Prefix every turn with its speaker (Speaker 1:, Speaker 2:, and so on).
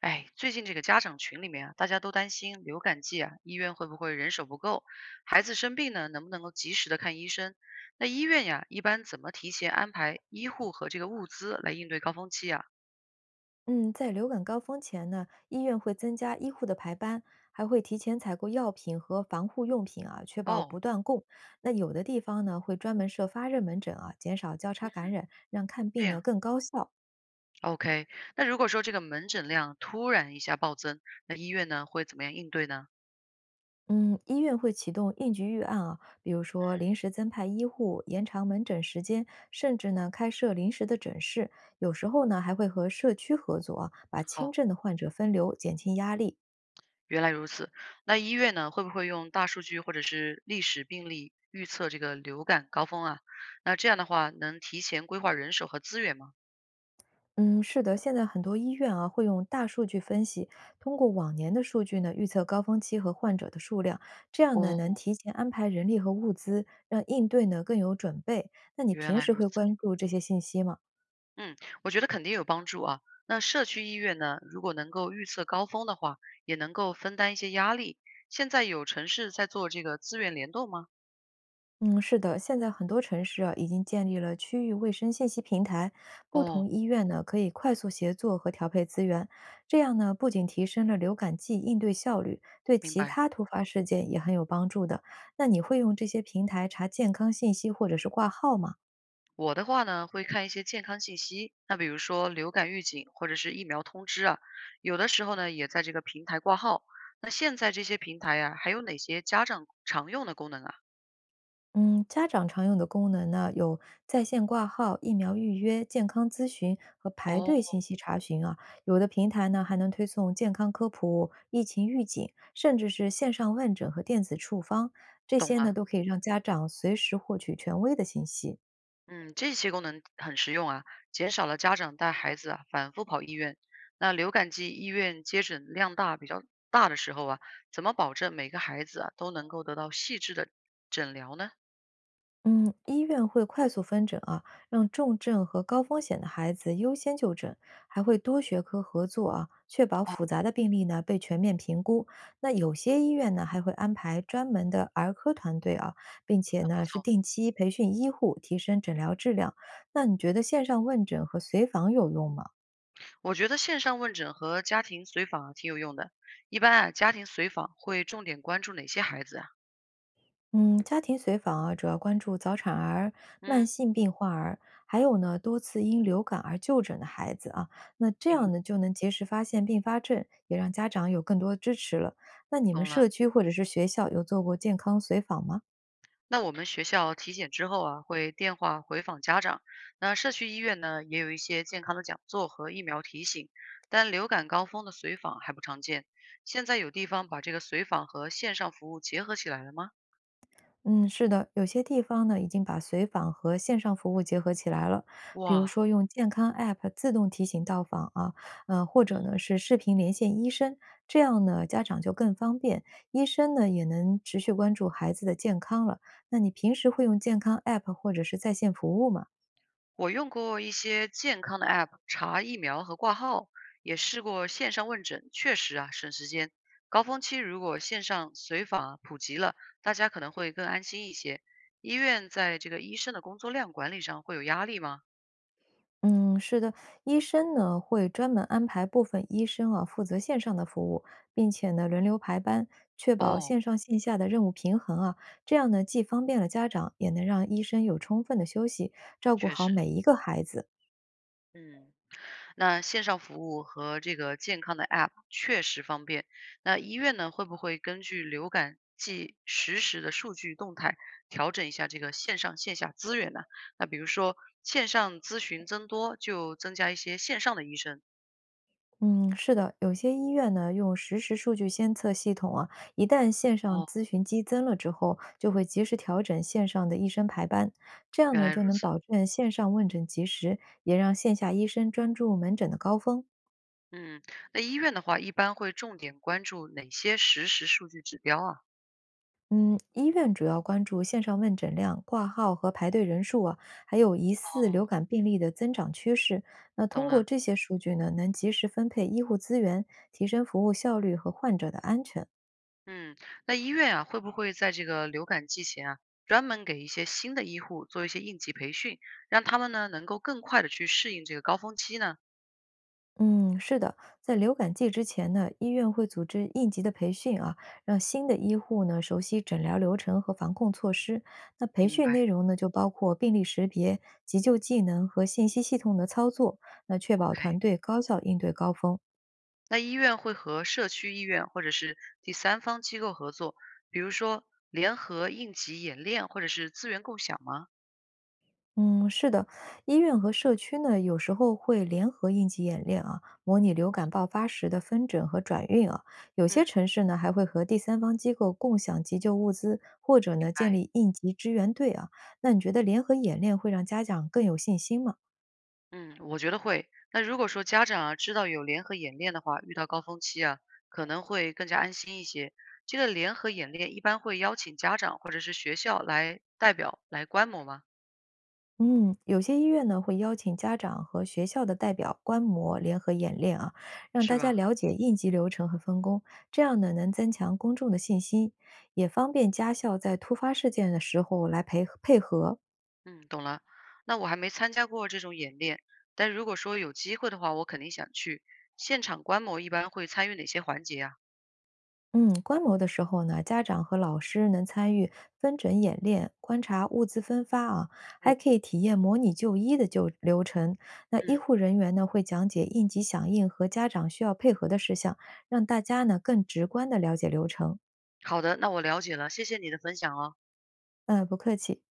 Speaker 1: 哎，最近这个家长群里面啊，大家都担心流感季啊，医院会不会人手不够？孩子生病呢，能不能够及时的看医生？那医院呀，一般怎么提前安排医护和这个物资来应对高峰期啊？
Speaker 2: 嗯，在流感高峰前呢，医院会增加医护的排班，还会提前采购药品和防护用品啊，确保不
Speaker 1: 哦，
Speaker 2: 断供。那有的地方呢，会专门设发热门诊啊，减少交叉感染，让看
Speaker 1: 这
Speaker 2: 病呢
Speaker 1: 样
Speaker 2: 更高效。
Speaker 1: ，OK。那如果说这个门诊量突然一下暴增，那医院呢会怎么样应对呢？
Speaker 2: 嗯，医院会启动应急预案啊，比如说临时增派医护、延长门诊时间，甚至呢开设临时的诊室。有时候呢，还会和社区合作啊，把轻
Speaker 1: 哦，
Speaker 2: 症的患者分流，减轻压力。
Speaker 1: 原来如此。那医院呢会不会用大数据或者是历史病例预测这个流感高峰啊？那这样的话，能提前规划人手和资源吗？
Speaker 2: 嗯，是的，现在很多医院啊会用大数据分析，通过往年的数据呢预测高峰期和患者的数量，这样呢能
Speaker 1: 哦，
Speaker 2: 提前安排人力和物资，让应对呢更有准备。那你
Speaker 1: 原
Speaker 2: 平
Speaker 1: 来
Speaker 2: 时
Speaker 1: 如
Speaker 2: 会
Speaker 1: 此，
Speaker 2: 关注这些信息吗？
Speaker 1: 嗯，我觉得肯定有帮助啊。那社区医院呢，如果能够预测高峰的话，也能够分担一些压力。现在有城市在做这个资源联动吗？
Speaker 2: 嗯，是的，现在很多城市啊已经建立了区域卫生信息平台，不同
Speaker 1: 哦，
Speaker 2: 医院呢可以快速协作和调配资源，这样呢不仅提升了流感季应对效率，对
Speaker 1: 明
Speaker 2: 其
Speaker 1: 白。
Speaker 2: 他突发事件也很有帮助的。那你会用这些平台查健康信息或者是挂号吗？
Speaker 1: 我的话呢，会看一些健康信息，那比如说流感预警或者是疫苗通知啊，有的时候呢也在这个平台挂号。那现在这些平台啊，还有哪些家长常用的功能啊？
Speaker 2: 嗯，家长常用的功能呢，有在线挂号、疫苗预约、健康咨询和排
Speaker 1: 哦，
Speaker 2: 队信息查询啊。有的平台呢，还能推送健康科普、疫情预警，甚至是线上问诊和电子处方，这
Speaker 1: 懂
Speaker 2: 些呢，
Speaker 1: 了。
Speaker 2: 都可以让家长随时获取权威的信息。
Speaker 1: 嗯，这些功能很实用啊，减少了家长带孩子啊反复跑医院。那流感季医院接诊量大大的时候啊，怎么保证每个孩子啊都能够得到细致的诊疗呢？
Speaker 2: 嗯，医院会快速分诊啊，让重症和高风险的孩子优先就诊，还会多学科合作啊，确保复杂的病例呢被全面评估。那有些医院呢还会安排专门的儿科团队啊，并且
Speaker 1: 不
Speaker 2: 呢是
Speaker 1: 错，
Speaker 2: 定期培训医护，提升诊疗质量。那你觉得线上问诊和随访有用吗？
Speaker 1: 我觉得线上问诊和家庭随访啊挺有用的。一般啊，家庭随访会重点关注哪些孩子啊？
Speaker 2: 嗯，家庭随访啊，主要关注早产儿、慢
Speaker 1: 嗯，
Speaker 2: 性病患儿，还有呢多次因流感而就诊的孩子啊。那这
Speaker 1: 明白，
Speaker 2: 样呢，就能及时发现并发症，也让家长有更多支持了。那你们
Speaker 1: 懂了。
Speaker 2: 社区或者是学校有做过健康随访吗？
Speaker 1: 那我们学校体检之后啊，会电话回访家长。那社区医院呢，也有一些健康的讲座和疫苗提醒，但流感高峰的随访还不常见。现在有地方把这个随访和线上服务结合起来了吗？
Speaker 2: 嗯，是的，有些地方呢已经把随访和线上服务结合起来了，比如
Speaker 1: 哇，
Speaker 2: 说用健康 App 自动提醒到访啊，或
Speaker 1: 嗯，
Speaker 2: 者呢是视频连线医生，这样呢家长就更方便，医生呢也能持续关注孩子的健康了。那你平时会用健康 App 或者是在线服务吗？
Speaker 1: 我用过一些健康的 app 查疫苗和挂号，也试过线上问诊，确实啊省时间。高峰期如果线上随访啊普及了，大家可能会更安心一些。医院在这个医生的工作量管理上会有压力吗？
Speaker 2: 嗯，是的，医生呢会专门安排部分医生啊负责线上的服务，并且呢轮流排班，确保
Speaker 1: 哦，
Speaker 2: 线上线下的任务平衡啊。这样呢既方便了家长，也能让医生有充分的休息，照顾
Speaker 1: 确
Speaker 2: 好
Speaker 1: 实。
Speaker 2: 每一个孩子。
Speaker 1: 嗯。那线上服务和这个健康的 App 确实方便。那医院呢，会不会根据流感季实时的数据动态，调整一下这个线上线下资源呢？那比如说线上咨询增多，就增加一些线上的医生。
Speaker 2: 嗯，是的，有些医院呢用实时数据监测系统啊，一旦线上
Speaker 1: 哦，
Speaker 2: 咨询激增了之后，就会及时调整线上的医生排班，这样
Speaker 1: 原
Speaker 2: 呢
Speaker 1: 来如
Speaker 2: 就能
Speaker 1: 此。
Speaker 2: 保证线上问诊及时，也让线下医生专注门诊的高峰。
Speaker 1: 嗯，那医院的话，一般会重点关注哪些实时数据指标啊？
Speaker 2: 嗯，医院主要关注线上问诊量、挂号和排队人数啊，还有疑似流
Speaker 1: 哦，
Speaker 2: 感病例的增长趋势。那
Speaker 1: 懂
Speaker 2: 通过
Speaker 1: 了。
Speaker 2: 这些数据呢，能及时分配医护资源，提升服务效率和患者的安全。
Speaker 1: 嗯，那医院啊，会不会在这个流感季前啊，专门给一些新的医护做一些应急培训，让他们呢能够更快的去适应这个高峰期呢？
Speaker 2: 嗯，是的，在流感季之前呢，医院会组织应急的培训啊，让新的医护呢熟悉诊疗流程和防控措施。那培
Speaker 1: 明
Speaker 2: 训
Speaker 1: 白
Speaker 2: 内容呢，就包括病例识别、急救技能和信息系统的操作，那确保团
Speaker 1: ，OK。
Speaker 2: 队高效应对高峰。
Speaker 1: 那医院会和社区医院或者是第三方机构合作，比如说联合应急演练或者是资源共享吗？
Speaker 2: 嗯，是的，医院和社区呢，有时候会联合应急演练啊，模拟流感爆发时的分诊和转运啊。有些
Speaker 1: 嗯，
Speaker 2: 城市呢，还会和第三方机构共享急救物资，或者
Speaker 1: 明
Speaker 2: 呢，建
Speaker 1: 白。
Speaker 2: 立应急支援队啊。那你觉得联合演练会让家长更有信心吗？
Speaker 1: 嗯，我觉得会。那如果说家长啊知道有联合演练的话，遇到高峰期啊，可能会更加安心一些。这个联合演练一般会邀请家长或者是学校来代表来观摩吗？
Speaker 2: 嗯，有些医院呢会邀请家长和学校的代表观摩联合演练啊，让
Speaker 1: 是
Speaker 2: 大家
Speaker 1: 吧？
Speaker 2: 了解应急流程和分工，这样呢能增强公众的信心，也方便家校在突发事件的时候来配合。
Speaker 1: 嗯，懂了。那我还没参加过这种演练，但如果说有机会的话，我肯定想去。现场观摩一般会参与哪些环节啊？
Speaker 2: 嗯，观摩的时候呢，家长和老师能参与分诊演练，观察物资分发啊，还
Speaker 1: 我
Speaker 2: 可以体验模拟就医的流程。那医
Speaker 1: 嗯，
Speaker 2: 护人员呢会讲解应急响应和家长需要配合的事项，让大家呢更直观的了解流程。
Speaker 1: 好的，那我了解了，谢谢你的分享哦。
Speaker 2: 嗯，不客气。